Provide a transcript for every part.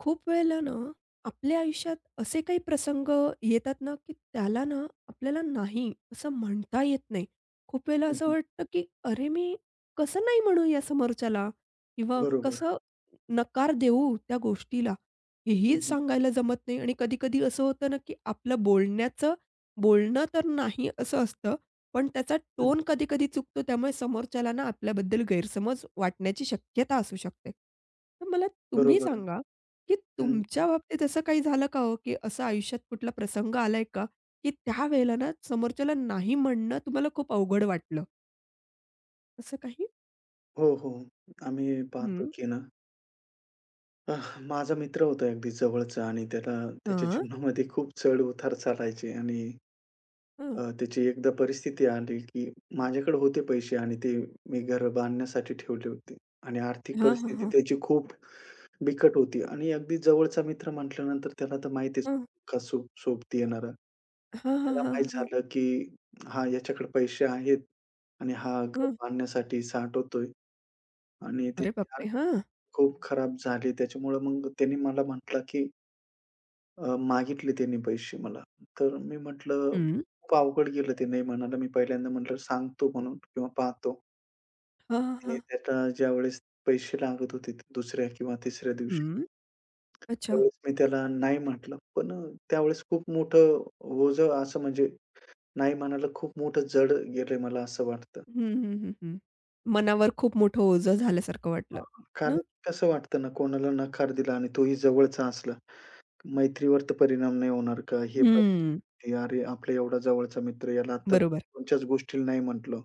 खूप वेळेला ना, आपल्या आयुष्यात असे काही प्रसंग येतात ना, की त्याला ना, आपल्याला नाही असं म्हणता येत नाही. खूप वेळेला हं, असं हं. वाटतं, की "अरे, मी कसं नाही म्हणू या समोरच्याला?" किंवा बरोबर. कसं नकार देऊ त्या गोष्टीला? हं, हेही हं. सांगायला जमत नाही आणि कधी-कधी असं होतं ना, की आपलं बोलणं तर नाही असं असतं, पण त्याचा हं. टोन कधी-कधी चुकतो. त्यामुळे समोरच्याला ना, आपल्याबद्दल गैरसमज वाटण्याची शक्यता असू शकते. तर मला तुम्ही बरोबर आहे. सांगा की हं. तुमच्या बाबतीत असं काही झालं का हो, की असं आयुष्यात कुठला प्रसंग आलाय का, की त्यावेळेला ना समोरच्याला नाही म्हणणं तुम्हाला खूप अवघड वाटलं, असं काही? हो, हो. आम्ही पाहतो हं. की ना. माझा मित्र होता अगदी जवळचा आणि त्याला त्याच्या हां. जीवनामध्ये खूप चढ-उतार चालायचे. आणि हं. त्याची एकदा परिस्थिती आली की माझ्याकडे होते पैसे आणि ते मी घर बांधण्यासाठी ठेवले होते आणि आर्थिक हां, हां, परिस्थिती हां. त्याची खूप बिकट होती आणि अगदी जवळचा मित्र म्हटल्यानंतर त्याला तर माहितीच, हं. का सोबती येणार. हां, हां, त्याला हां, माहीत हां. झालं, की हां, याच्याकडे पैसे आहेत आणि हा घर हं. बांधण्यासाठी साठवतोय आणि अरे त्याची बापरे! आर्थिक हां. खूप खराब झाली. त्याच्यामुळं मग त्यांनी मला म्हटला, की मागितले त्यांनी पैसे मला. तर मी म्हटलं, हं. खूप अवघड गेलं ते नाही म्हणायला. मी पहिल्यांदा म्हटलं सांगतो म्हणून किंवा पाहतो. हां, हां, आणि हां. त्याला ज्यावेळेस पैसे लागत होते दुसऱ्या किंवा तिसऱ्या दिवशी, हं. अच्छा. त्यावेळेस मी त्याला नाही म्हटलं. पण त्यावेळेस खूप मोठं ओझं असं म्हणजे नाही म्हणायला खूप मोठं जड गेलंय मला असं वाटतं. हं, हं, हं, हं. मनावर खूप मोठं ओझं झाल्यासारखं वाटलं हां, हां. कारण ना? कसं वाटतं ना, कोणाला नकार दिला आणि तोही जवळचा असला, मैत्रीवर तर परिणाम नाही होणार का? हे हं. प्रकार, "अरे, आपला एवढा जवळचा मित्र, याला आता बरोबर. कोणत्याच गोष्टीला नाही म्हटलं."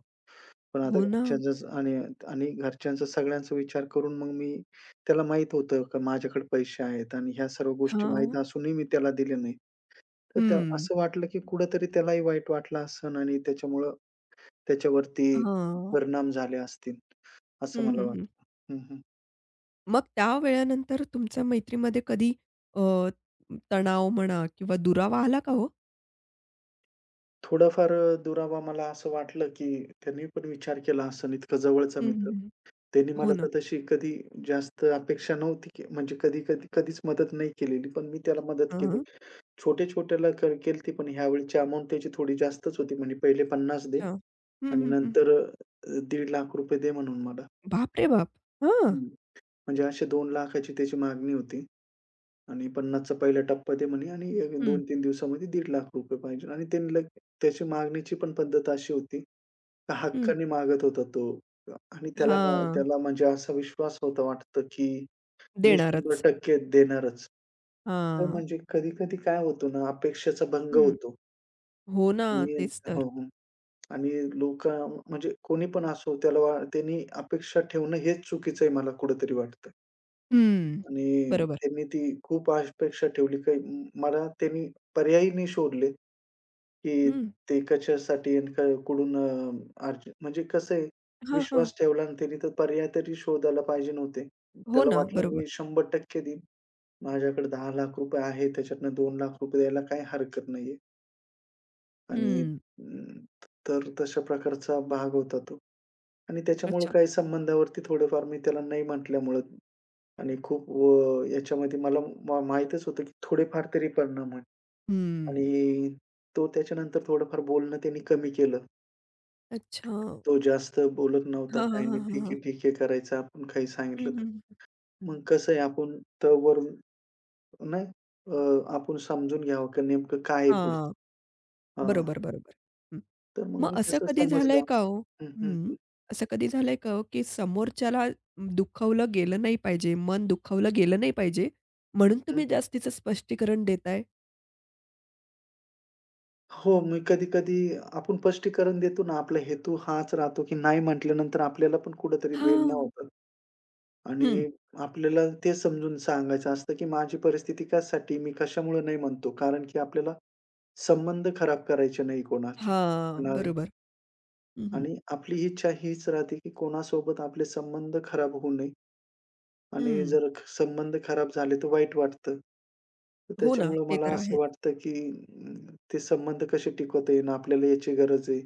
पण आता हो ना. घरच्यांचाच आणि आणि घरच्यांचा सगळ्यांचा विचार करून मग मी त्याला माहीत होतं का माझ्याकडे पैसे आहेत आणि ह्या सर्व गोष्टी हां. माहीत असूनही मी त्याला दिले नाही. तर त्या हं. असं वाटलं की कुठेतरी त्यालाही वाईट वाटलं असन आणि त्याच्यामुळं त्याच्यावरती हां. परिणाम झाले असतील, असं हं, मला हं, हं. वाटतं. हं, हं. मग त्या वेळेनंतर तुमच्या मैत्रीमध्ये कधी अ, तणाव म्हणा किंवा दुरावा आला का हो? थोडाफार दुरावा मला असं वाटलं, की त्यांनी पण विचार केला असेल इतका जवळचा हं, हं, मित्र. हं. त्यांनी हो मला ना. तर तशी कधी जास्त अपेक्षा नव्हती, की म्हणजे कधी-कधी कधीच मदत नाही केलेली. पण मी त्याला मदत केली. हां. छोट्या-छोट्याला केलती, पण ह्यावेळची अमाउंट त्याची थोडी जास्तच होती. म्हणजे पहिले 50 दे अच्छा. हं, आणि हं, हं. नंतर ₹1,50,000 दे म्हणून मला. बापरे बाप! हां. हं. म्हणजे असे 2,00,000ची त्याची मागणी होती आणि 50चा पहिला टप्पा दे म्हणे आणि हं. 2-3 दिवसामध्ये ₹1,50,000 पाहिजे आणि त्यांनी लग त्याची मागणीची पण पद्धत अशी होती, हं. हक्काने मागत होता तो. आणि त्याला ना हां. त्याला म्हणजे असा विश्वास होता वाटतं, की मी देणारच. 100% देणारच. तर हां. म्हणजे कधी-कधी काय होतो ना, अपेक्षेचा भंग हं. होतो. हो ना. आणि तेच तर. हो, हो. आणि लोकं म्हणजे कोणी पण असो, त्याला वा त्यांनी अपेक्षा ठेवणं हेच चुकीचं आहे मला कुठेतरी वाटतं. हं. आणि बरोबर. त्यांनी ती खूप अपेक्षा ठेवली, काही मला त्यांनी पर्यायही नाही शोधले. की हं. ते कशासाठी आणि कुठून अर्ज म्हणजे कसं आहे हां, हां. विश्वास ठेवला आणि त्याने तर पर्याय तरी शोधायला पाहिजे नव्हते. हो त्याला ना. वाटलं बरोबर. मी 100% देईन. माझ्याकडे ₹10,00,000 आहे त्याच्यातनं ₹2,00,000 द्यायला काही हरकत नाहीये आणि हं. तर तशा प्रकारचा भाग होता तो. आणि त्याच्यामुळं अच्छा. काही संबंधावरती थोडेफार मी त्याला नाही म्हटल्यामुळं आणि खूप याच्यामध्ये मला माहीतच होतं की थोडेफार तरी परिणाम होईल. हं. आणि तो त्याच्यानंतर थोडंफार बोलणं त्यांनी कमी केलं. अच्छा. तो जास्त बोलत नव्हता, हां, हां, काही हां, नाही. हां, "ठीक हां. आहे, ठीक आहे" करायचं आपण काही हं, सांगितलं तर. हं. मग कसं आहे आपण तोवर नाही, अ, आपण समजून घ्यावं की नेमकं काय आहे पुढचं. हां. हां. बरोबर, बरोबर. हं. तर मग मग मी असं त्याचं कधी झालंय समजलं. का हो? हं, हं, हं. हं, असं कधी झालंय का हो, की समोरच्याला दुखावलं गेलं नाही पाहिजे, मन दुखावलं गेलं नाही पाहिजे, म्हणून हं. तुम्ही जास्तीचं स्पष्टीकरण देताय? हो, मी कधी-कधी आपण स्पष्टीकरण देतो ना, आपला हेतू हाच राहतो की नाही म्हटल्यानंतर आपल्याला पण कुठेतरी वेदना हां. होतात हं. आणि आपल्याला ते समजून सांगायचं असतं की माझी परिस्थिती कशासाठी, मी कशामुळे नाही म्हणतो. कारण की आपल्याला संबंध खराब करायचे नाही कोणाचे. हां, पुन्हा बरोबर. हं, हं. आणि आपली इच्छा हीच राहते, की कोणासोबत आपले संबंध खराब होऊ नये आणि हं. जर संबंध खराब झाले तर वाईट वाटतं. तर हो ना, त्याच्यामुळं ते मला तर असं आहेच. वाटतं, की ते संबंध कसे टिकवता येईल आपल्याला याची गरज आहे.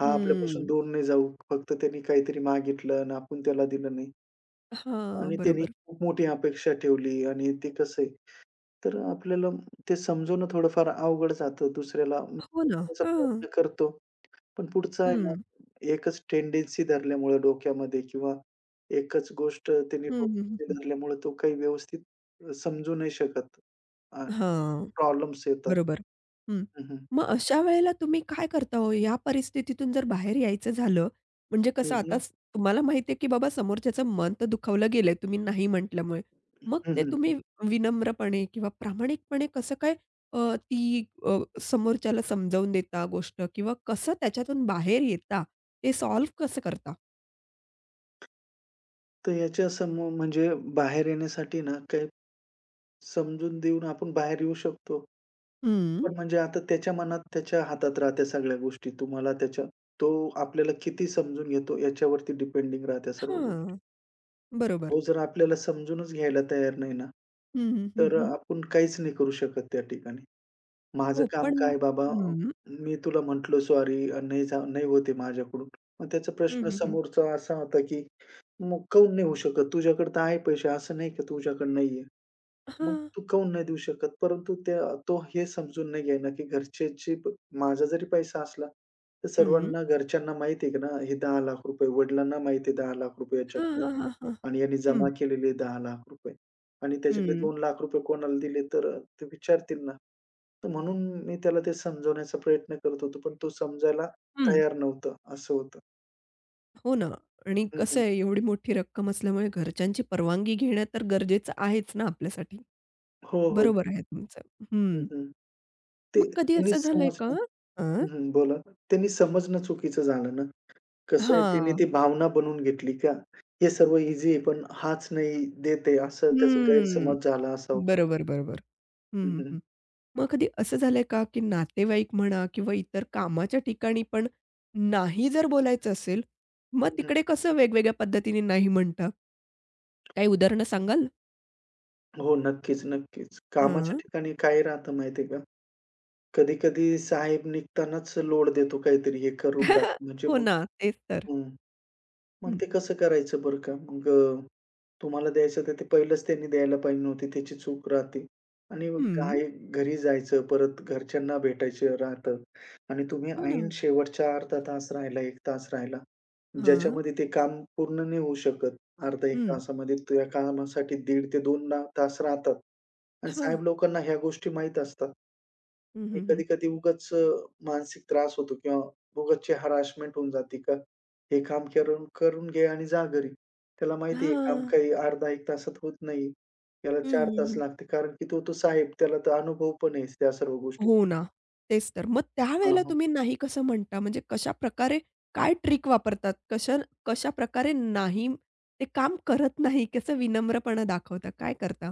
हा आपल्यापासून हं. दूर नाही जाऊ. फक्त त्यांनी काहीतरी मागितलं आणि आपण त्याला दिलं नाही हां, आणि त्यांनी बरोबर. खूप मोठी अपेक्षा ठेवली आणि ते कसं आहे, तर आपल्याला ते समजवणं थोडंफार अवघड जातं. दुसऱ्याला हो ना. समजवण्याचा हां. प्रयत्न करतो. पण पुढचं आहे ना, हं. एकच टेंडन्सी धरल्यामुळं डोक्यामध्ये किंवा एकच गोष्ट त्यांनी हं, हं, हं, डोक्यामध्ये हं. धरल्यामुळं तो काही व्यवस्थित समजू नाही शकत. अ, हां. प्रॉब्लेम्स येतात. बरोबर. हं. हं, हं. मग अशा वेळेला तुम्ही काय करता हो? या परिस्थितीतून जर बाहेर यायचं झालं, म्हणजे कसं हं, आता हं. स तुम्हाला माहिती आहे, की बाबा समोरच्याचं मन तर दुखावलं गेलंय तुम्ही नाही म्हटल्यामुळे. मग ते हं, तुम्ही विनम्रपणे किंवा प्रामाणिकपणे कसं काय समोरच्याला समजावून देता गोष्ट किंवा कसं त्याच्यातून बाहेर येता? ते सॉल्व्ह कसं करता? तर याच्या समोर म्हणजे बाहेर येण्यासाठी ना, काही समजून देऊन आपण बाहेर येऊ शकतो. हं. पण म्हणजे आता त्याच्या मनात, त्याच्या हातात राहत्या सगळ्या गोष्टी. तुम्हाला त्याच्या, तो आपल्याला किती समजून घेतो याच्यावरती डिपेंडिंग राहत्या सर्व हां. गोष्टी. बरोबर. तो जर आपल्याला समजूनच घ्यायला तयार नाही ना, हं, हं, हं, तर हं. आपण काहीच नाही करू शकत त्या ठिकाणी. माझं हो, काम पण काय बाबा, हं. मी तुला म्हटलो, सॉरी, नाही होत आहे माझ्याकडून. मग त्याचा हं, प्रश्न हं, हं. समोरचा असा होता, की "मग काहून नाही होऊ शकत? तुझ्याकडे तर आहे पैसे, असं नाही का तुझ्याकडे नाहीये? मग हां. तू काहून नाही देऊ शकत?" परंतु त्या, तो हे समजून नाही घेईना, की माझा जरी पैसा असला, तर हं. सर्वांना घरच्यांना माहिती आहे की ना, हे ₹10,00,000 वडिलांना माहिती आहे ₹10,00,000 हां, याच्याकडे हां, हां, हां. आणि यांनी जमा हं. केलेले आहे ₹10,00,000 आणि त्याच्यातले हं, ₹2,00,000 कोणाला दिले तर ते विचारतील ना. तर म्हणून मी त्याला ते समजवण्याचा प्रयत्न करत होतो, पण तो समजायला हं. तयार नव्हता, असं होतं. हो ना आणि हं, कसं हं. आहे एवढी मोठी रक्कम असल्यामुळे घरच्यांची परवानगी घेणं तर गरजेचं आहेच ना आपल्यासाठी. हो, हो, बरोबर हो. आहे तुमचं. हं, हं. हं. ते मग कधी त्यांनी असं झालंय का समजणं. अ, हं, हं. बोला. त्यांनी समजणं चुकीचं झालं ना. कसं आहे त्याने हां. ती भावना बनवून घेतली का? हे सर्व ईझी आहे, पण हाच नाही देत आहे असं त्याचा हं. गैरसमज झाला असावा का? बरोबर, बरोबर. हं, हं, हं, हं. हं. मग कधी असं झालंय का, की नातेवाईक म्हणा किंवा इतर कामाच्या ठिकाणी पण नाही जर बोलायचं असेल, मग हं, तिकडे कसं वेगवेगळ्या पद्धतीने नाही म्हणता? काही उदाहरणं सांगाल? हो, नक्कीच, नक्कीच. कामाच्या हां. ठिकाणी काय राहतं माहिती आहे का? कधी-कधी साहेब निघतानाच लोड देतो काहीतरी, हे करून टाक म्हणजे हो मग, ना. तेच तर. हं. मग हं. ते कसं करायचं बरं का? मग तुम्हाला द्यायचं तर ते पहिलंच त्यांनी द्यायला पाहिजे नव्हती, त्याची चूक राहते. आणि मग हं. काय घरी जायचं, परत घरच्यांना भेटायचं राहतं आणि तुम्ही हो ना. ऐन शेवटच्या अर्धा तास राहिला, 1 तास राहिला, हां. ज्याच्यामध्ये ते काम पूर्ण नाही होऊ शकत. अर्धा 1 हं. तासामध्ये त्या कामासाठी 1.5 ते 2 ला तास राहतात आणि हां. साहेब लोकांना ह्या गोष्टी माहीत असतात. हं, आणि हं, हं. कधी-कधी उगाच मानसिक त्रास होतो किंवा उगाचची हरासमेंट होऊन जाते का, हे काम करून करून घे आणि जा घरी. त्याला माहिती आहे काम हां. काही अर्धा 1 तासात होत नाही. त्याला हं, 4 हं, तास हं. लागते कारण की तो तो साहेब, त्याला तर अनुभव पण आहे त्या सर्व गोष्टी. हो ना. तेच तर. मग हां, त्यावेळेला हां. तुम्ही नाही कसं म्हणता? म्हणजे कशाप्रकारे काय ट्रिक वापरतात? कशाप्रकारे नाही ते काम करत नाही, कसं विनम्रपणा दाखवता? काय करता?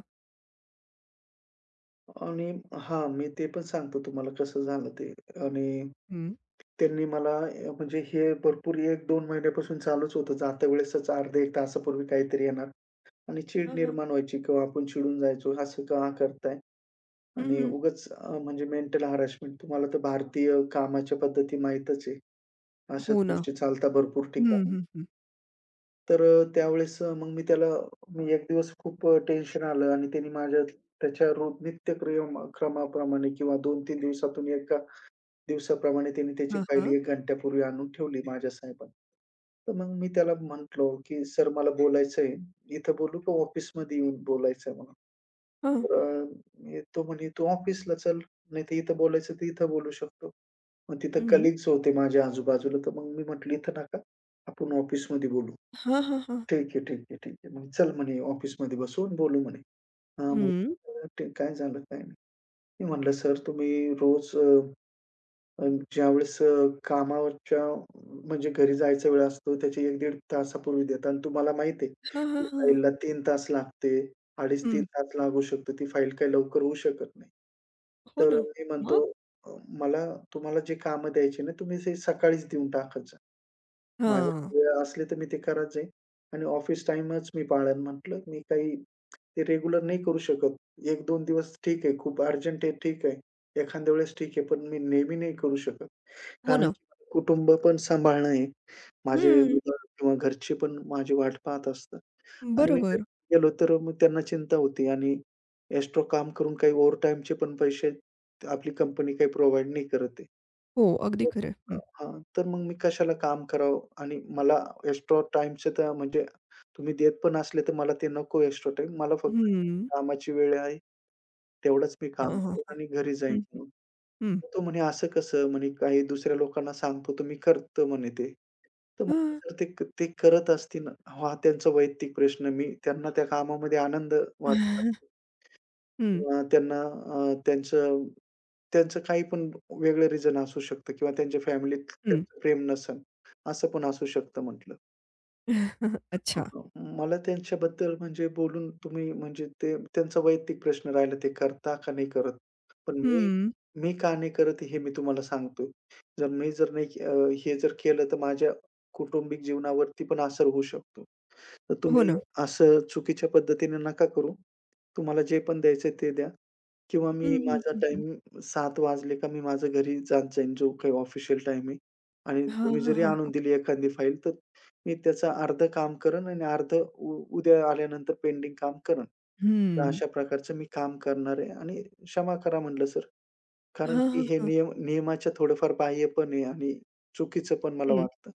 आणि हां, मी ते पण सांगतो तुम्हाला कसं झालं ते. आणि हं. त्यांनी मला म्हणजे हे भरपूर 1-2 महिन्यापासून चालूच होतं. जाता वेळेसच अर्ध्या 1 तासापूर्वी काहीतरी येणार आणि चीड हां, हां. निर्माण व्हायची किंवा आपण चिडून जायचो, "असं का करताय?" हं, आणि हं. उगाच म्हणजे मेंटल हॅरासमेंट, तुम्हाला तर भारतीय कामाच्या पद्धती माहीतच आहे. अशाच हो ना. गोष्टी चालतात भरपूर हं, ठिकाणी. हं, हं. तर त्यावेळेस मग मी त्याला, मी एक दिवस खूप टेन्शन आलं आणि त्याने माझ्या, त्याच्या रोज क्रमाप्रमाणे किंवा 2-3 दिवसातून एका दिवसाप्रमाणे त्याने त्याची हां, फाईल हां. 1 घंट्यापूर्वी आणून ठेवली माझ्या साहेबांनी. तर मग मी त्याला म्हटलो, की "सर, मला बोलायचं आहे. इथं बोलू का ऑफिसमध्ये येऊन बोलायचं आहे मला?" हां. तर तो म्हणे, "तू ऑफिसला चल, नाहीतर इथं बोलायचं तर इथं बोलू शकतो." मग तिथं हं. कलीग्स होते माझ्या आजूबाजूला, तर मग मी म्हटलं, "इथं नका, आपण ऑफिसमध्ये बोलू." हां, हां, हां. "ठीक आहे, ठीक आहे, ठीक आहे." मग "चल," म्हणे, "ऑफिसमध्ये बसू आणि बोलू," म्हणे. हां, हं. म्हणे, "ठीक, काय झालं, काय नाही?" मी म्हटलं, "सर, तुम्ही रोज अ" अ, ज्यावेळेस, कामावरच्या म्हणजे घरी जायचा वेळ असतो, त्याच्या 1-1.5 तासापूर्वी देतात आणि तुम्हाला माहिती आहे, हां, हां, ती हां. फाईलला 3 तास लागते. 2.5-3 हं. तास लागू शकतो. ती फाईल काही लवकर होऊ शकत नाही. हो तर ना. मी मग? म्हणतो मला, तुम्हाला जे कामं द्यायची ना, तुम्ही ते सकाळीच देऊन टाकत जा. हां. माझ्याकडे वेळ असली तर मी ते करत जाईन आणि ऑफिस टाईमच मी पाळेन म्हटलं. मी काही ते रेग्युलर नाही करू शकत. 1-2 दिवस ठीक आहे, खूप अर्जंट आहे, ठीक आहे. एखाद्या वेळेस ठीक आहे, पण मी नेहमी नाही करू शकत. हो कारण ना. की माझं कुटुंब पण सांभाळणं आहे. माझे हं. मुलं किंवा घरचे पण माझी वाट पाहत असतात आणि मी बरोबर. घरी गेलो तर मग त्यांना चिंता होती आणि एक्स्ट्रा काम करून काही ओव्हरटाईमचे पण पैसे आपली कंपनी काही प्रोव्हाईड नाही करत आहे. हो, अगदी तर खरं. आहे. हां, तर मग मी कशाला काम करावं आणि मला एक्स्ट्रा टाईमचं तर म्हणजे तुम्ही देत पण असले तर मला ते नको एक्स्ट्रा टाईम. मला हं. फक्त हं. कामाची वेळ आहे, तेवढंच मी हां, काम हां, करेन हां. आणि घरी जाईन हं, म्हणून. हं. तर तो म्हणे, "असं कसं?" म्हणे, "काही दुसऱ्या लोकांना सांगतो तर मी करतो" म्हणे ते. तर हां. म्हटलं, "सर, ते ते करत असतील हा त्यांचा वैयक्तिक प्रश्न. मी त्यांना त्या कामामध्ये आनंद वाटत असेल हं, किंवा त्यांना त्यांचं त्यांचं काही पण वेगळं रिझन असू शकतं किंवा त्यांच्या फॅमिलीत हं. त्यांचं प्रेम नसेल, असं पण असू शकतं" म्हटलं. अ, अच्छा. अ, मला त्यांच्याबद्दल म्हणजे बोलून, तुम्ही म्हणजे ते, त्यांचा वैयक्तिक प्रश्न राहिला ते करता का नाही करत. पण मी हं. मी का नाही करत हे मी तुम्हाला सांगतो. जर मी जर नाही, हे जर केलं तर माझ्या कौटुंबिक जीवनावरती पण असर होऊ शकतो. तर हो तुम्ही ना. असं चुकीच्या पद्धतीने नका करू. तुम्हाला जे पण द्यायचंय ते द्या किंवा हं, मी हं, माझा हं, हं. टाईम 7:00 वाजले का मी माझं घरी जात जाईन, जो काही ऑफिशियल टाईम आहे आणि हां, तुम्ही हां, जरी आणून हां. दिली एखादी फाईल, तर मी त्याचं अर्धं काम करेन आणि अर्धं उद्या आल्यानंतर पेंडिंग काम करेन. तर हं. अशा प्रकारचं मी काम करणार आहे आणि क्षमा करा म्हटलं सर. कारण हां, की हां, हे हां. नियमाच्या थोडंफार बाह्य पण आहे आणि चुकीचं पण मला हं. वाटतं.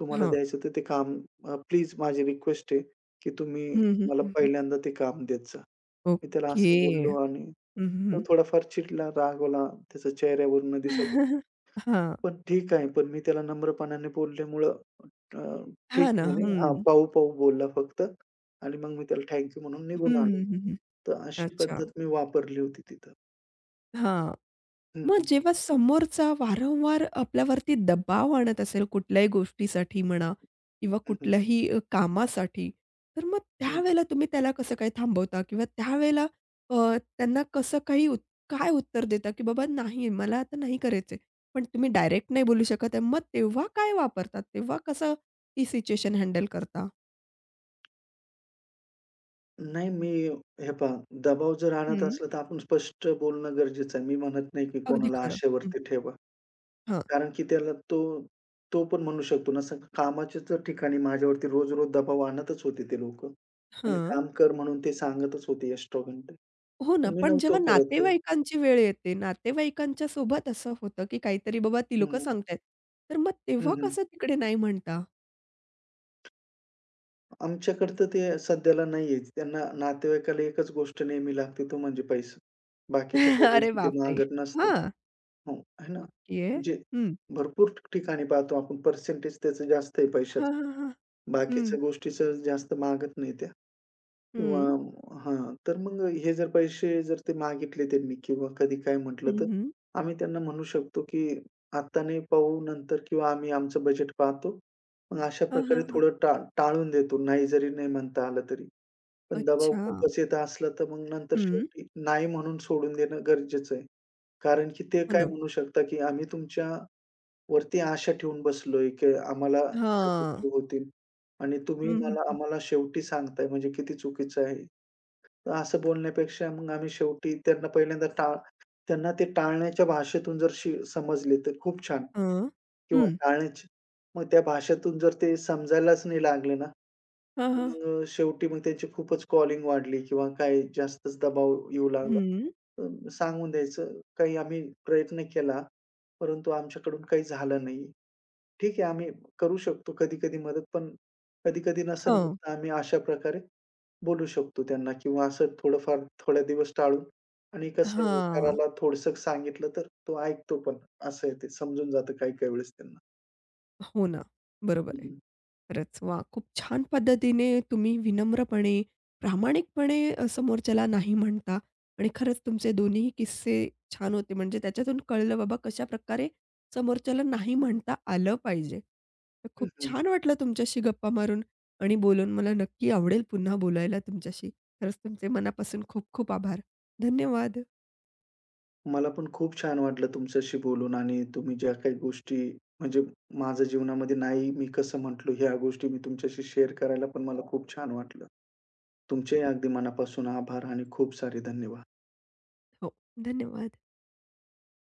तुम्हाला हां. द्यायचं तर ते काम, प्लीज माझी रिक्वेस्ट आहे, की तुम्ही हं, हं, मला हं, हं. पहिल्यांदा ते काम देत जा. मी त्याला ओके. असं बोललो हं, आणि तो हं. थोडाफार चिडला, रागवला, त्याच्या चेहऱ्यावरून दिसत होतं. हां. पण ठीक आहे, पण मी त्याला नम्रपणाने बोलल्यामुळं अ, हां ठीक ना. आहे म्हणे. हं. हां, पाहू-पाहू बोलला फक्त आणि मग मी त्याला थँक म्हणून हं, निघून आलो. हं, हं, हं. तर अशी अच्छा. पद्धत मी वापरली होती तिथं. हां. हं, मग हं. जेव्हा समोरचा वारंवार आपल्यावरती दबाव आणत असेल कुठल्याही गोष्टीसाठी म्हणा किंवा हं, हं. कुठल्याही कामासाठी, तर मग हं. त्यावेळेला तुम्ही त्याला कसं काय थांबवता? किंवा त्यावेळेला अ, त्यांना कसं काही उत काय उत्तर देता, की "बाबा नाही, मला आता नाही करायचंय." पण तुम्ही डायरेक्ट नाही बोलू शकत आहे. मग तेव्हा काय वापरतात? तेव्हा कसं ती सिच्युएशन हँडल करता? नाही, मी हे पहा, दबाव जर आणत हं. असला, तर आपण स्पष्ट बोलणं गरजेचं आहे. मी म्हणत नाही, की अगदी कोणाला खरं. हं. आशेवरती ठेवा. हां. कारण की त्याला, तो तो पण म्हणू शकतो ना, असं कामाच्या तर ठिकाणी माझ्यावरती रोज-रोज दबाव आणतच होते ते लोक आणि हां. काम कर म्हणून ते सांगतच होते एक्स्ट्रा घंटे. हो ना, मी पण नव्हतो जेव्हा करत. नातेवाईकांची वेळ येते, नातेवाईकांच्या सोबत असं होतं, की काहीतरी बाबा ती हं, लोकं हं. सांगतायत, तर मग तेव्हा हं, कसं तिकडे नाही म्हणता? तर ते सध्याला नाही, त्यांना नातेवाईकाला एकच गोष्ट नेहमी लागते, तो म्हणजे पैसा. बाकीच्या काही अरे गोष्टी ते बापरे! मागत नसतं. हां, हो, आहे ना. ओके. म्हणजे हं. भरपूर ठिकाणी पाहतो आपण, पर्सेंटेज त्याचं जास्त आहे हां, पैशाचं. हां, हां. हं, बाकीच्या गोष्टीचं जास्त मागत नाही त्या किंवा हं. हां, तर मग हे जर पैसे जर ते मागितले त्यांनी किंवा कधी काय म्हटलं, हं, तर हं. आम्ही त्यांना म्हणू शकतो, की "आत्ता नाही, पाहू नंतर" किंवा "आम्ही आमचं बजेट पाहतो." मग अशा हां, हां, प्रकारे हां. थोडं टाळून देतो, नाही जरी नाही म्हणता आलं तरी. पण दबाव अच्छा. खूपच येत असला, तर मग नंतर हं. शेवटी नाही म्हणून सोडून देणं गरजेचं आहे. कारण की ते हो काय ना. म्हणू शकता, की "आम्ही तुमच्या वरती आशा ठेवून बसलोय, की आम्हाला ह्या हां. गोष्टी होतील आणि तुम्ही हं, मला, हं. आम्हाला शेवटी सांगताय म्हणजे किती चुकीचं आहे." तर असं बोलण्यापेक्षा मग आम्ही शेवटी त्यांना पहिल्यांदा त्यांना ते टाळण्याच्या भाषेतून जर शी समजले तर खूप छान, हां. किंवा हं. टाळण्याची, मग त्या भाषेतून जर ते समजायलाच नाही लागले ना, हां, तर हां. मग शेवटी मग त्यांची खूपच कॉलिंग वाढली किंवा काही जास्तच दबाव येऊ लागला. हं. तर सांगून द्यायचं, काही आम्ही प्रयत्न केला, परंतु आमच्याकडून काही झालं नाही. ठीक आहे, आम्ही करू शकतो कधी-कधी मदत, पण कधी-कधी नसेल होत हां. तर आम्ही अशा प्रकारे बोलू शकतो त्यांना, किंवा असं थोडंफार थोड्या दिवस टाळून, आणि कसं आहे हुशाराला थोडंसं सांगितलं तर तो ऐकतो पण. असं आहे, ते समजून जातं काही-काही वेळेस त्यांना. हो ना. बरोबर हं, आहे. हं. खरंच वा, खूप छान पद्धतीने तुम्ही विनम्रपणे, प्रामाणिकपणे समोरच्याला नाही म्हणता आणि खरंच तुमचे दोन्ही किस्से छान होते. म्हणजे त्याच्यातून कळलं बाबा कशाप्रकारे समोरच्याला नाही म्हणता आलं पाहिजे. तर खूप छान वाटलं तुमच्याशी गप्पा मारून आणि बोलून. मला नक्की आवडेल पुन्हा बोलायला तुमच्याशी. खरंच तुमचे मनापासून खूप खूप आभार. धन्यवाद. मला पण खूप छान वाटलं तुमच्याशी बोलून आणि तुम्ही ज्या काही गोष्टी म्हणजे माझ्या जीवनामध्ये नाही मी कसं म्हटलो ह्या गोष्टी मी तुमच्याशी शेअर करायला पण मला खूप छान वाटलं. तुमचेही अगदी मनापासून आभार आणि खूप सारे धन्यवाद. हो, धन्यवाद.